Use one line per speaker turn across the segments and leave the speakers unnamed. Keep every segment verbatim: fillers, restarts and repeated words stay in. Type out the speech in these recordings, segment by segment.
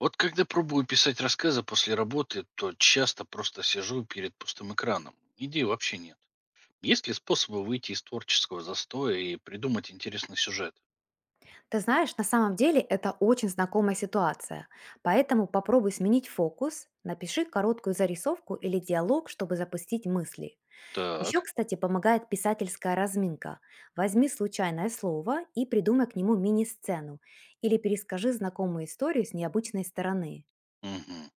Вот когда пробую писать рассказы после работы, то часто просто сижу перед пустым экраном. Идей вообще нет. Есть ли способы выйти из творческого застоя и придумать интересный сюжет?
Ты знаешь, на самом деле это очень знакомая ситуация, поэтому попробуй сменить фокус, напиши короткую зарисовку или диалог, чтобы запустить мысли. Еще,
Так.
кстати, помогает писательская разминка. Возьми случайное слово и придумай к нему мини-сцену или перескажи знакомую историю с необычной стороны.
Мгм.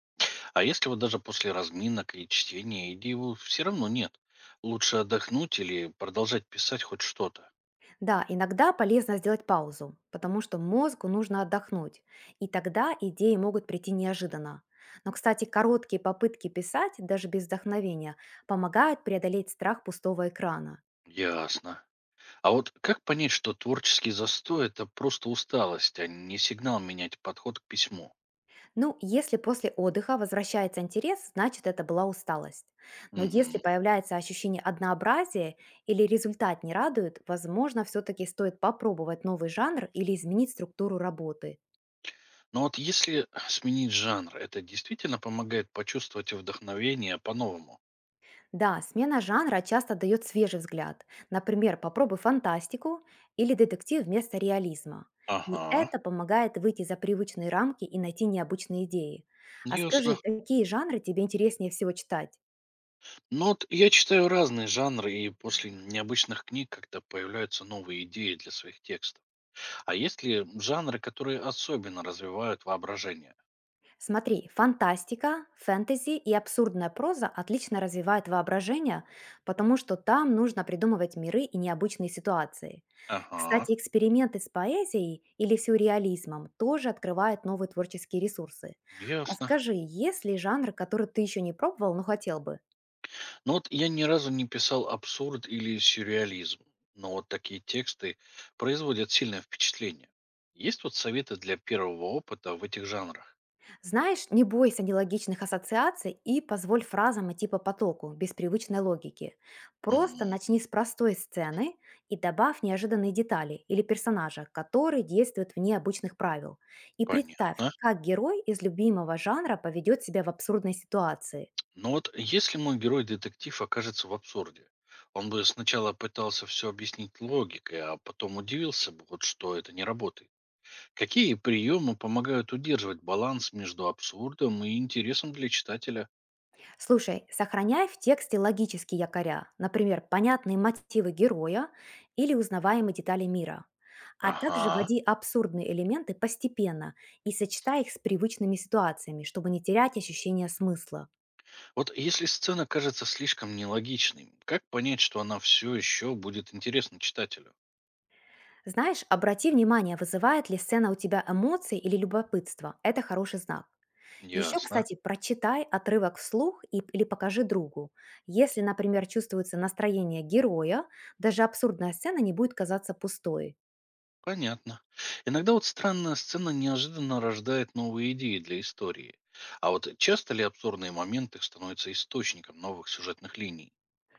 А если вот даже после разминок и чтения идей все равно нет? Лучше отдохнуть или продолжать писать хоть что-то?
Да, иногда полезно сделать паузу, потому что мозгу нужно отдохнуть, и тогда идеи могут прийти неожиданно. Но, кстати, короткие попытки писать, даже без вдохновения, помогают преодолеть страх пустого экрана.
Ясно. А вот как понять, что творческий застой — это просто усталость, а не сигнал менять подход к письму?
Ну, если после отдыха возвращается интерес, значит это была усталость. Но если
Мгм.
появляется ощущение однообразия или результат не радует, возможно, все-таки стоит попробовать новый жанр или изменить структуру работы.
Но вот если сменить жанр, это действительно помогает почувствовать вдохновение по-новому?
Да, смена жанра часто дает свежий взгляд. Например, попробуй фантастику или детектив вместо реализма. И
Ага,
это помогает выйти за привычные рамки и найти необычные идеи. А скажи,
ясно.
какие жанры тебе интереснее всего читать?
Ну вот я читаю разные жанры, и после необычных книг как-то появляются новые идеи для своих текстов. А есть ли жанры, которые особенно развивают воображение?
Смотри, фантастика, фэнтези и абсурдная проза отлично развивают воображение, потому что там нужно придумывать миры и необычные ситуации.
Ага,
Кстати, эксперименты с поэзией или сюрреализмом тоже открывают новые творческие ресурсы. А
ясно.
скажи, есть ли жанр, который ты еще не пробовал, но хотел бы?
Ну вот я ни разу не писал абсурд или сюрреализм, но вот такие тексты производят сильное впечатление. Есть вот советы для первого опыта в этих жанрах?
Знаешь, не бойся нелогичных ассоциаций и позволь фразам идти по потоку, без привычной логики. Просто
Мгм.
начни с простой сцены и добавь неожиданные детали или персонажа, который действует вне обычных правил. И представь,
Понятно.
как герой из любимого жанра поведет себя в абсурдной ситуации.
Но вот если мой герой-детектив окажется в абсурде, он бы сначала пытался все объяснить логикой, а потом удивился бы, вот что это не работает. Какие приемы помогают удерживать баланс между абсурдом и интересом для читателя?
Слушай, сохраняй в тексте логические якоря, например, понятные мотивы героя или узнаваемые детали мира. А также
Ага.
вводи абсурдные элементы постепенно и сочетай их с привычными ситуациями, чтобы не терять ощущение смысла.
Вот если сцена кажется слишком нелогичной, как понять, что она все еще будет интересна читателю?
Знаешь, обрати внимание, вызывает ли сцена у тебя эмоции или любопытство. Это хороший знак. Еще,
Ясно.
кстати, прочитай отрывок вслух и- или покажи другу. Если, например, чувствуется настроение героя, даже абсурдная сцена не будет казаться пустой.
Понятно. Иногда вот странная сцена неожиданно рождает новые идеи для истории. А вот часто ли абсурдные моменты становятся источником новых сюжетных линий?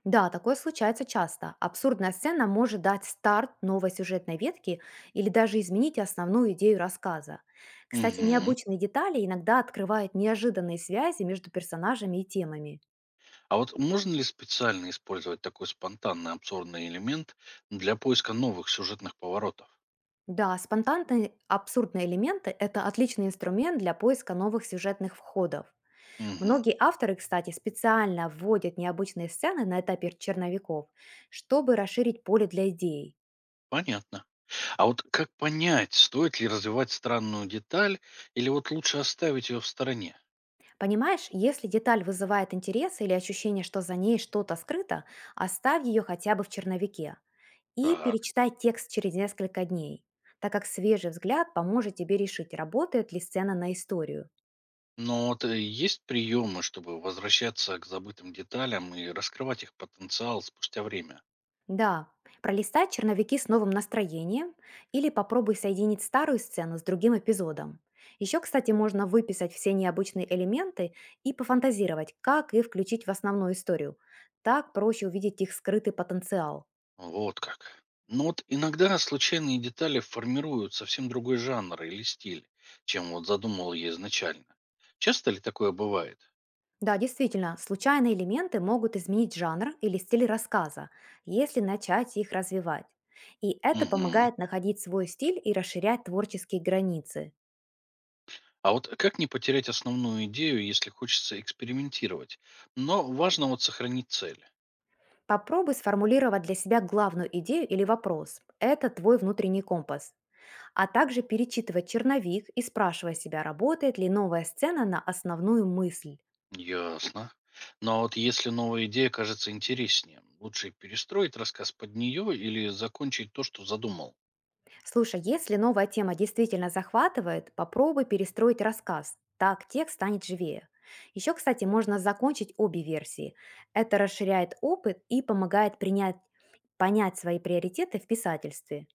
Да, такое случается часто. Абсурдная сцена может дать старт новой сюжетной ветки или даже изменить основную идею рассказа. Кстати,
Мгм.
необычные детали иногда открывают неожиданные связи между персонажами и темами.
А вот можно ли специально использовать такой спонтанный абсурдный элемент для поиска новых сюжетных поворотов?
Да, спонтанные абсурдные элементы– это отличный инструмент для поиска новых сюжетных входов.
Мгм.
Многие авторы, кстати, специально вводят необычные сцены на этапе черновиков, чтобы расширить поле для идей.
Понятно. А вот как понять, стоит ли развивать странную деталь или вот лучше оставить ее в стороне?
Понимаешь, если деталь вызывает интерес или ощущение, что за ней что-то скрыто, оставь ее хотя бы в черновике и
Так.
перечитай текст через несколько дней, так как свежий взгляд поможет тебе решить, работает ли сцена на историю.
Но вот э, есть приемы, чтобы возвращаться к забытым деталям и раскрывать их потенциал спустя время.
Да, пролистай черновики с новым настроением или попробуй соединить старую сцену с другим эпизодом. Еще, кстати, можно выписать все необычные элементы и пофантазировать, как их включить в основную историю. Так проще увидеть их скрытый потенциал.
Вот как. Но вот иногда случайные детали формируют совсем другой жанр или стиль, чем вот задумал я изначально. Часто ли такое бывает?
Да, действительно, случайные элементы могут изменить жанр или стиль рассказа, если начать их развивать. И это
Мгм.
помогает находить свой стиль и расширять творческие границы.
А вот как не потерять основную идею, если хочется экспериментировать? Но важно вот сохранить цель.
Попробуй сформулировать для себя главную идею или вопрос. Это твой внутренний компас. А также перечитывать черновик и спрашивая себя, работает ли новая сцена на основную мысль.
Ясно. Но вот если новая идея кажется интереснее, лучше перестроить рассказ под нее или закончить то, что задумал?
Слушай, если новая тема действительно захватывает, попробуй перестроить рассказ. Так текст станет живее. Еще, кстати, можно закончить обе версии. Это расширяет опыт и помогает принять, понять свои приоритеты в писательстве.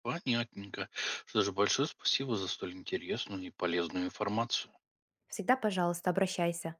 Понятненько. Что же, большое спасибо за столь интересную и полезную информацию.
Всегда, пожалуйста, обращайся.